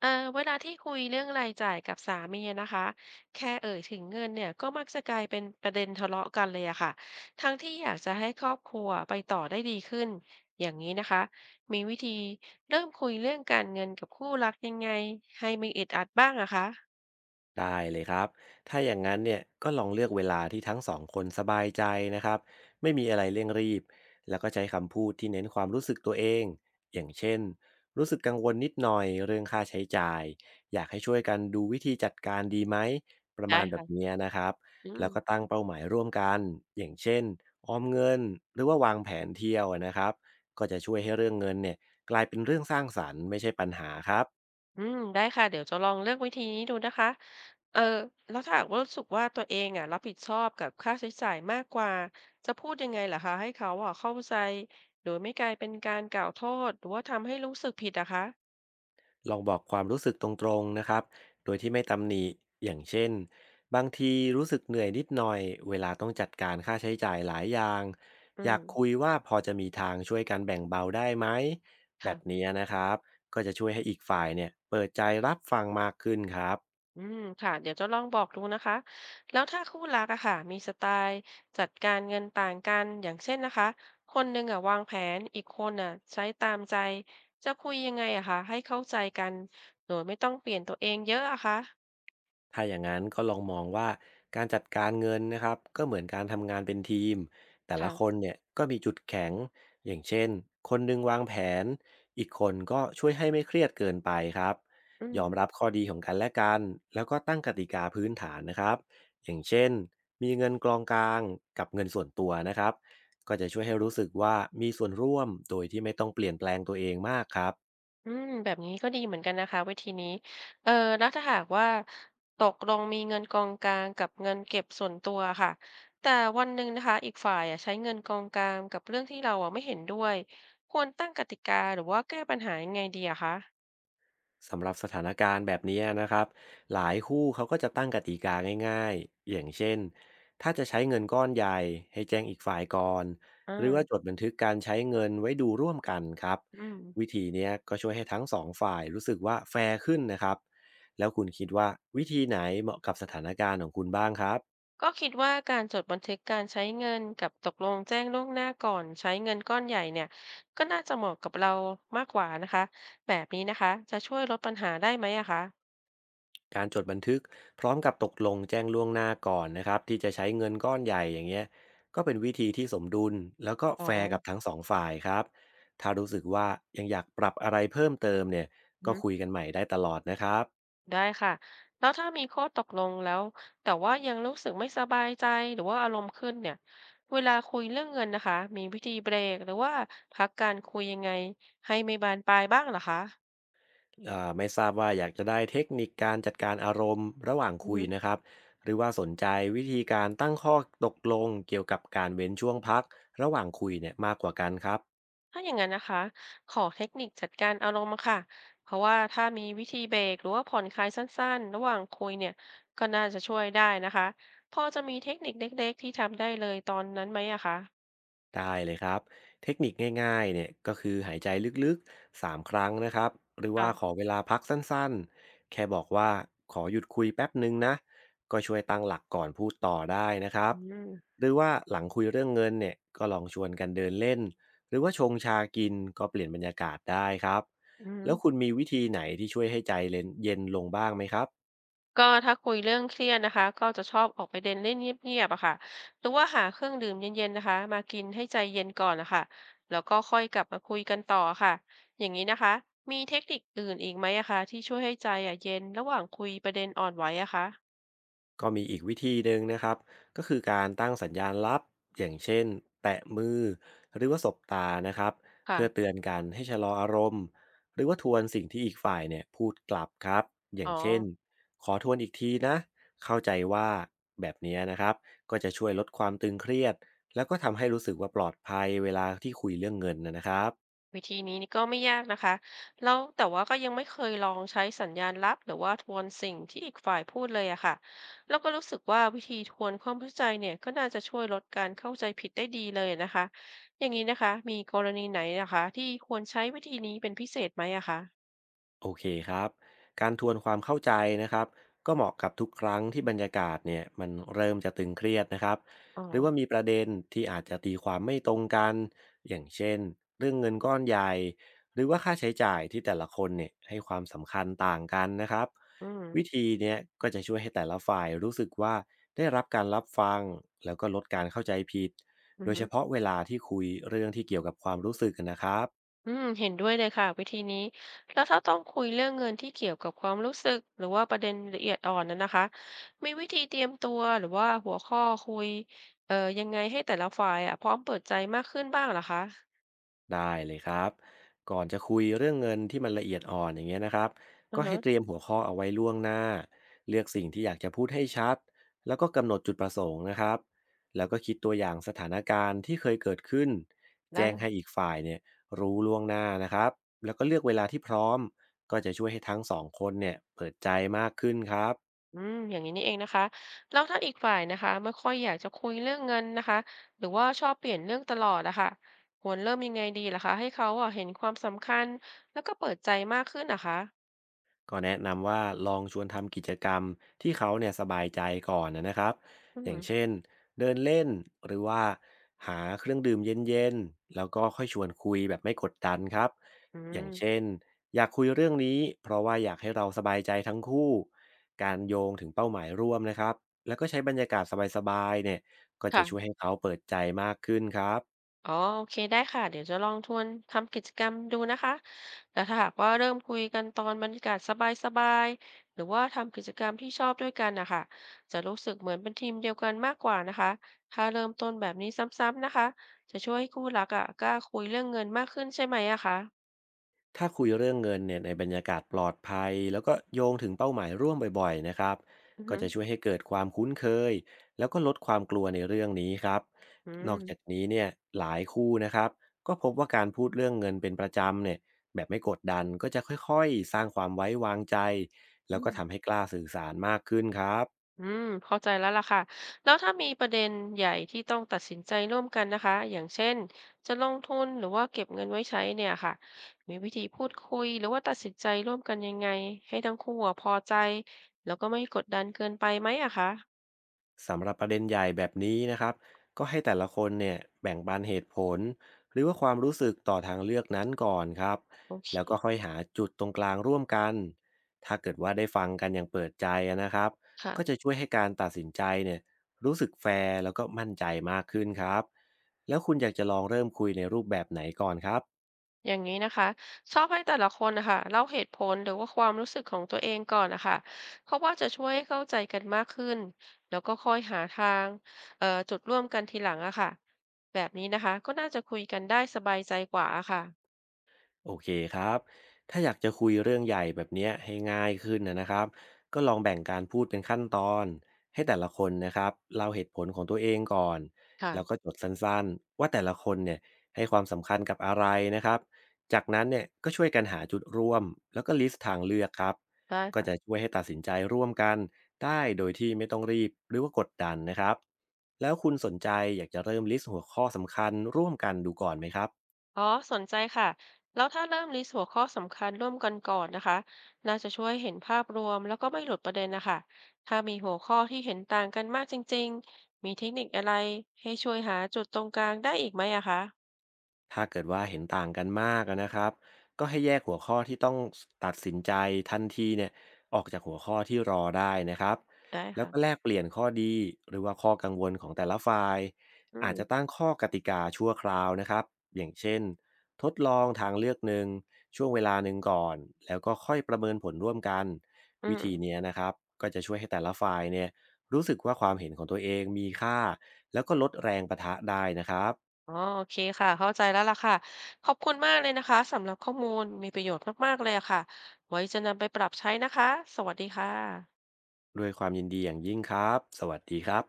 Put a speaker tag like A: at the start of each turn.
A: เออเวลาที่คุยเรื่องรายจ่ายกับสามีนะคะแค่เอ่ยถึงเงินเนี่ยก็มักจะกลายเป็นประเด็นทะเลาะกันเลยอะค่ะทั้งที่อยากจะให้ครอบครัวไปต่อได้ดีขึ้นอย่างนี้นะคะมีวิธีเริ่มคุยเรื่องการเงินกับคู่รักยังไงให้ไม่อึดอัดบ้างอะคะ
B: ได้เลยครับถ้าอย่างนั้นเนี่ยก็ลองเลือกเวลาที่ทั้งสองคนสบายใจนะครับไม่มีอะไรเร่งรีบ แล้วก็ใช้คำพูดที่เน้นความรู้สึกตัวเอง อย่างเช่นรู้สึกกังวลนิดหน่อยเรื่องค่าใช้จ่าย อยากให้ช่วยกันดูวิธีจัดการดีไหมประมา
A: ได้
B: ณแบบ
A: ค่ะ
B: เนี้ยนะครับ
A: อืม
B: แล้วก็ตั้งเป้าหมายร่วมกัน อย่างเช่นออมเงินหรือว่าวางแผนเที่ยวนะครับก็จะช่วยให้เรื่องเงินเนี่ยกลายเป็นเรื่องสร้างสรรค์ไม่ใช่ปัญหาครับ
A: อืมได้ค่ะเดี๋ยวจะลองเลือกวิธีนี้ดูนะคะ เออแล้วถ้าหากว่ารู้สึกว่าตัวเองอะรับผิดชอบกับค่าใช้จ่ายมากกว่าจะพูดยังไงลหะคะให้เขาอะเข้าใจโดยไม่กลายเป็นการกล่าวโทษหรือว่าทำให้รู้สึกผิดอะคะ
B: ลองบอกความรู้สึกตรงๆนะครับโดยที่ไม่ตำหนิอย่างเช่นบางทีรู้สึกเหนื่อยนิดหน่อยเวลาต้องจัดการค่าใช้จ่ายหลายอย่าง
A: อื
B: อยา
A: ม
B: กคุยว่าพอจะมีทางช่วยกันแบ่งเบาได้ไหมแบ
A: ค่ะ
B: บนี้นะครับก็จะช่วยให้อีกฝ่ายเนี่ยเปิดใจรับฟังมากขึ้นครับ
A: อืมค่ะเดี๋ยวจะลองบอกดูนะคะแล้วถ้าคู่รักอะค่ะมีสไตล์จัดการเงินต่างกันอย่างเช่นนะคะคนหนึ่งอะวางแผนอีกคนอะใช้ตามใจจะคุยยังไงอะคะให้เข้าใจกันโดยไม่ต้องเปลี่ยนตัวเองเยอะอะคะ
B: ถ้าอย่างนั้นก็ลองมองว่าการจัดการเงินนะครับก็เหมือนการทำงานเป็นทีมแต่ละคน
A: ค่ะ
B: เนี่ยก็มีจุดแข็งอย่างเช่นคนหนึงวางแผนอีกคนก็ช่วยให้ไม่เครียดเกินไปครับ
A: อื
B: ย
A: ม
B: อมรับข้อดีของกันและกันแล้วก็ตั้งกติกาพื้นฐานนะครับอย่างเช่นมีเงินกองกลางกับเงินส่วนตัวนะครับก็จะช่วยให้รู้สึกว่ามีส่วนร่วมโดยที่ไม่ต้องเปลี่ยนแปลงตัวเองมากครับ
A: อืมแบบนี้ก็ดีเหมือนกันนะคะวิธีนี้เอ่อแล้วถ้าหากว่าตกลงมีเงินกองกลางกับเงินเก็บส่วนตัวค่ะแต่วันหนึ่งนะคะอีกฝ่ายอะใช้เงินกองกลางกับเรื่องที่เราอะไม่เห็นด้วยควรตั้งกติกาหรือว่าแก้ปัญหายังไงดีอะคะ
B: สำหรับสถานการณ์แบบนี้นะครับหลายคู่เขาก็จะตั้งกติกาง่ายๆอย่างเช่นถ้าจะใช้เงินก้อนใหญ่ให้แจ้งอีกฝ่ายก่อน
A: อ
B: หรือว่าจด
A: ่า
B: บันทึกการใช้เงินไว้ดูร่วมกันครับ
A: อืม
B: วิธีเนี้ยก็ช่วยให้ทั้งสองฝ่ายรู้สึกว่าแฟร์ขึ้นนะครับแล้วคุณคิดว่าวิธีไหนเหมาะกับสถานการณ์ของคุณบ้างครับ
A: ก็คิดว่าการจดบันทึกการใช้เงินกับตกลงแจ้งล่วงหน้าก่อนใช้เงินก้อนใหญ่เนี่ยก็น่าจะเหมาะกับเรามากกว่านะคะแบบนี้นะคะจะช่วยลดปัญหาได้ไหมอะคะ
B: การจดบันทึกพร้อมกับตกลงแจ้งล่วงหน้าก่อนนะครับที่จะใช้เงินก้อนใหญ่อย่างเงี้ยก็เป็นวิธีที่สมดุลแล้วก็
A: อ๋อ
B: แฟร์กับทั้งสองฝ่ายครับถ้ารู้สึกว่ายังอยากปรับอะไรเพิ่มเติมเนี่ยก็คุยกันใหม่ได้ตลอดนะครับ
A: ได้ค่ะแล้วถ้ามีข้อตกลงแล้วแต่ว่ายังรู้สึกไม่สบายใจหรือว่าอารมณ์ขึ้นเนี่ยเวลาคุยเรื่องเงินนะคะมีวิธีเบรกหรือว่าพักการคุยยังไงให้ไม่บานปลายบ้างเหรอคะ
B: ไม่ทราบว่าอยากจะได้เทคนิคการจัดการอารมณ์ระหว่าง
A: อือ
B: คุย
A: ฮึ
B: นะครับหรือว่าสนใจวิธีการตั้งข้อตกลงเกี่ยวกับการเว้นช่วงพักระหว่างคุยเนี่ยมากกว่ากันครับ
A: ถ้าอย่างนั้นนะคะขอเทคนิคจัดการอารมณ์มาค่ะเพราะว่าถ้ามีวิธีเบรกหรือว่าผ่อนคลายสั้นๆระหว่างคุยเนี่ยก็น่าจะช่วยได้นะคะพอจะมีเทคนิคเล็กๆที่ทำได้เลยตอนนั้นไหมอะคะ
B: ได้เลยครับเทคนิคง่ายๆเนี่ยก็คือหายใจลึกๆ3 ครั้งนะครับหรือว่าขอ
A: ค่ะ
B: เวลาพักสั้นๆแค่บอกว่าขอหยุดคุยแป๊บหนึงนะก็ช่วยตั้งหลักก่อนพูดต่อได้นะครับ
A: อืม
B: หรือว่าหลังคุยเรื่องเงินเนี่ยก็ลองชวนกันเดินเล่นหรือว่าชงชากินก็เปลี่ยนบรรยากาศได้ครับ
A: อืม
B: แล้วคุณมีวิธีไหนที่ช่วยให้ใจเย็นลงบ้างไหมครับ
A: ก็ถ้าคุยเรื่องเครียดนะคะก็จะชอบออกไปเดินเล่นเงียบๆอะค่ะหรือว่าหาเครื่องดื่มเย็นๆนะคะมากินให้ใจเย็นก่อนนะคะแล้วก็ค่อยกลับมาคุยกันต่อค่ะอย่างนี้นะคะมีเทคนิคอื่นอีกไหมอะคะที่ช่วยให้ใจอะเย็นระหว่างคุยประเด็นอ่อนไหวอะคะ
B: ก็มีอีกวิธีหนึ่งนะครับก็คือการตั้งสัญญาณลับอย่างเช่นแตะมือหรือว่าสบตานะครับ
A: ค่ะ
B: เพื่อเตือนกันให้ชะลออารมณ์หรือว่าทวนสิ่งที่อีกฝ่ายเนี่ยพูดกลับครับอย่า
A: อ๋
B: ง
A: อ
B: เช่นขอทวนอีกทีนะเข้าใจว่าแบบเนี้ยนะครับก็จะช่วยลดความตึงเครียดแล้วก็ทำให้รู้สึกว่าปลอดภัยเวลาที่คุยเรื่องเงินนะครับ
A: วิธีนี้นี่ก็ไม่ยากนะคะแล้วแต่ว่าก็ยังไม่เคยลองใช้สัญญาณลับหรือว่าทวนสิ่งที่อีกฝ่ายพูดเลยอะค่ะแล้วก็รู้สึกว่าวิธีทวนความเข้าใจเนี่ยก็น่าจะช่วยลดการเข้าใจผิดได้ดีเลยนะคะอย่างนี้นะคะมีกรณีไหนนะคะที่ควรใช้วิธีนี้เป็นพิเศษไหมอะคะ
B: โอเคครับการทวนความเข้าใจนะครับก็เหมาะกับทุกครั้งที่บรรยากาศเนี่ยมันเริ่มจะตึงเครียดนะครับ
A: อ๋อ
B: หรือว่ามีประเด็นที่อาจจะตีความไม่ตรงกันอย่างเช่นเรื่องเงินก้อนใหญ่หรือว่าค่าใช้จ่ายที่แต่ละคนเนี่ยให้ความสำคัญต่างกันนะครับ
A: อืม
B: วิธีเนี้ยก็จะช่วยให้แต่ละฝ่ายรู้สึกว่าได้รับการรับฟังแล้วก็ลดการเข้าใจผิด
A: อื
B: โดยเฉ
A: อ
B: พาะเวลาที่คุยเรื่องที่เกี่ยวกับความรู้สึกนะครับ
A: อืมเห็นด้วยเลยค่ะวิธีนี้แล้วถ้าต้องคุยเรื่องเงินที่เกี่ยวกับความรู้สึกหรือว่าประเด็นละเอียดอ่อนนั้นนะคะมีวิธีเตรียมตัวหรือว่าหัวข้อคุยยังไงให้แต่ละฝ่ายอ่ะพร้อมเปิดใจมากขึ้นบ้างเหรอคะ
B: ได้เลยครับก่อนจะคุยเรื่องเงินที่มันละเอียดอ่อนอย่างเงี้ยนะครับ
A: อื
B: ก็
A: อ
B: ให้
A: ฮะ
B: เตรียมหัวข้อเอาไว้ล่วงหน้า เลือกสิ่งที่อยากจะพูดให้ชัด แล้วก็กำหนดจุดประสงค์นะครับแล้วก็คิดตัวอย่างสถานการณ์ที่เคยเกิดขึ้น
A: ได
B: แจ้งให้
A: ้
B: อีกฝ่ายเนี่ยรู้ล่วงหน้านะครับแล้วก็เลือกเวลาที่พร้อม ก็จะช่วยให้ทั้งสองคนเนี่ยเปิดใจมากขึ้นครับ
A: อืมอย่างนี้นี่เองนะคะแล้วถ้าอีกฝ่ายนะคะไม่ค่อยอยากจะคุยเรื่องเงินนะคะหรือว่าชอบเปลี่ยนเรื่องตลอดอะค่ะควรเริ่มยังไงดีล่ะคะให้เขาอ่ะเห็นความสำคัญแล้วก็เปิดใจมากขึ้นนะคะ
B: ก็แนะนำว่าลองชวนทำกิจกรรมที่เขาเนี่ยสบายใจก่อนนะครับ
A: อื
B: อย่า
A: ม
B: งเช่นเดินเล่นหรือว่าหาเครื่องดื่มเย็นๆแล้วก็ค่อยชวนคุยแบบไม่กดดันครับ
A: อื
B: อย่างเช่น
A: ม
B: อยากคุยเรื่องนี้เพราะว่าอยากให้เราสบายใจทั้งคู่การโยงถึงเป้าหมายร่วมนะครับแล้วก็ใช้บรรยากาศสบายๆเนี่ยก็จะ
A: ค่ะ
B: ช่วยให้เขาเปิดใจมากขึ้นครับ
A: อ๋อโอเคได้ค่ะเดี๋ยวจะลองทวนทำกิจกรรมดูนะคะแต่ถ้าหากว่าเริ่มคุยกันตอนบรรยากาศสบายๆหรือว่าทำกิจกรรมที่ชอบด้วยกันนะคะจะรู้สึกเหมือนเป็นทีมเดียวกันมากกว่านะคะถ้าเริ่มต้นแบบนี้ซ้ำๆนะคะจะช่วยให้คู่รักอ่ะกล้าคุยเรื่องเงินมากขึ้นใช่ไหมอะคะ
B: ถ้าคุยเรื่องเงินเนี่ยในบรรยากาศปลอดภัยแล้วก็โยงถึงเป้าหมายร่วมบ่อยๆนะครับ
A: อือ
B: ก็
A: ฮึ
B: จะช่วยให้เกิดความคุ้นเคยแล้วก็ลดความกลัวในเรื่องนี้ครับ
A: อื
B: น
A: ม
B: อกจากนี้เนี่ยหลายคู่นะครับก็พบว่าการพูดเรื่องเงินเป็นประจำเนี่ยแบบไม่กดดันก็จะค่อยๆสร้างความไว้วางใจแล้ว
A: อื
B: ก็
A: ม
B: ทำให้กล้าสื่อสารมากขึ้นครับ
A: อืมเข้าใจแล้วล่ะค่ะแล้วถ้ามีประเด็นใหญ่ที่ต้องตัดสินใจร่วมกันนะคะอย่างเช่นจะลงทุนหรือว่าเก็บเงินไว้ใช้เนี่ยค่ะมีวิธีพูดคุยหรือว่าตัดสินใจร่วมกันยังไงให้ทั้งคู่อะพอใจแล้วก็ไม่กดดันเกินไปไหมอะคะ
B: สำหรับประเด็นใหญ่แบบนี้นะครับก็ให้แต่ละคนเนี่ยแบ่งปันเหตุผลหรือว่าความรู้สึกต่อทางเลือกนั้นก่อนครับ
A: โอเค
B: แล้วก็ค่อยหาจุดตรงกลางร่วมกันถ้าเกิดว่าได้ฟังกันอย่างเปิดใจนะครับ
A: ค่ะ
B: ก็จะช่วยให้การตัดสินใจเนี่ยรู้สึกแฟร์แล้วก็มั่นใจมากขึ้นครับแล้วคุณอยากจะลองเริ่มคุยในรูปแบบไหนก่อนครับ
A: อย่างนี้นะคะชอบให้แต่ละคนนะคะเล่าเหตุผลหรือว่าความรู้สึกของตัวเองก่อนนะคะเพราะว่าจะช่วยให้เข้าใจกันมากขึ้นแล้วก็ค่อยหาทางจุดร่วมกันทีหลังอะค่ะแบบนี้นะคะก็น่าจะคุยกันได้สบายใจกว่าอะค่ะ
B: โอเคครับถ้าอยากจะคุยเรื่องใหญ่แบบเนี้ยให้ง่ายขึ้นนะครับก็ลองแบ่งการพูดเป็นขั้นตอนให้แต่ละคนนะครับเล่าเหตุผลของตัวเองก่อน
A: ค่ะ
B: แล้วก็จดสั้นๆว่าแต่ละคนเนี่ยให้ความสำคัญกับอะไรนะครับจากนั้นเนี่ยก็ช่วยกันหาจุดร่วมแล้วก็ลิสต์ทางเลือกครับ
A: ได้
B: ก็จะ
A: ค่ะ
B: ช่วยให้ตัดสินใจร่วมกันได้โดยที่ไม่ต้องรีบหรือว่ากดดันนะครับแล้วคุณสนใจอยากจะเริ่มลิสต์หัวข้อสำคัญร่วมกันดูก่อนไหมครับ
A: อ๋อสนใจค่ะแล้วถ้าเริ่มลิสต์หัวข้อสำคัญร่วมกันก่อนนะคะน่าจะช่วยเห็นภาพรวมแล้วก็ไม่หลุดประเด็นนะคะถ้ามีหัวข้อที่เห็นต่างกันมากจริงๆมีเทคนิคอะไรให้ช่วยหาจุดตรงกลางได้อีกไหมอะคะ
B: ถ้าเกิดว่าเห็นต่างกันมากอะนะครับก็ให้แยกหัวข้อที่ต้องตัดสินใจทันทีเนี่ยออกจากหัวข้อที่รอได้นะครับ
A: ได้
B: แล้ว
A: ค่ะ
B: ก็แลกเปลี่ยนข้อดีหรือว่าข้อกังวลของแต่ละฝ่าย
A: อื
B: อา
A: ม
B: จจะตั้งข้อกติกาชั่วคราวนะครับอย่างเช่นทดลองทางเลือกหนึ่งช่วงเวลาหนึ่งก่อนแล้วก็ค่อยประเมินผลร่วมกัน
A: อื
B: วิ
A: ม
B: ธีเนี้ยนะครับก็จะช่วยให้แต่ละฝ่ายเนี่ยรู้สึกว่าความเห็นของตัวเองมีค่าแล้วก็ลดแรงปะทะได้นะครับ
A: อ๋อโอเคค่ะ เข้าใจแล้วล่ะค่ะ ขอบคุณมากเลยนะคะ สำหรับข้อมูลมีประโยชน์มากๆเลยอะค่ะ ไว้จะนำไปปรับใช้นะคะ สวัสดีค่ะ
B: ด้วยความยินดีอย่างยิ่งครับ สวัสดีครับ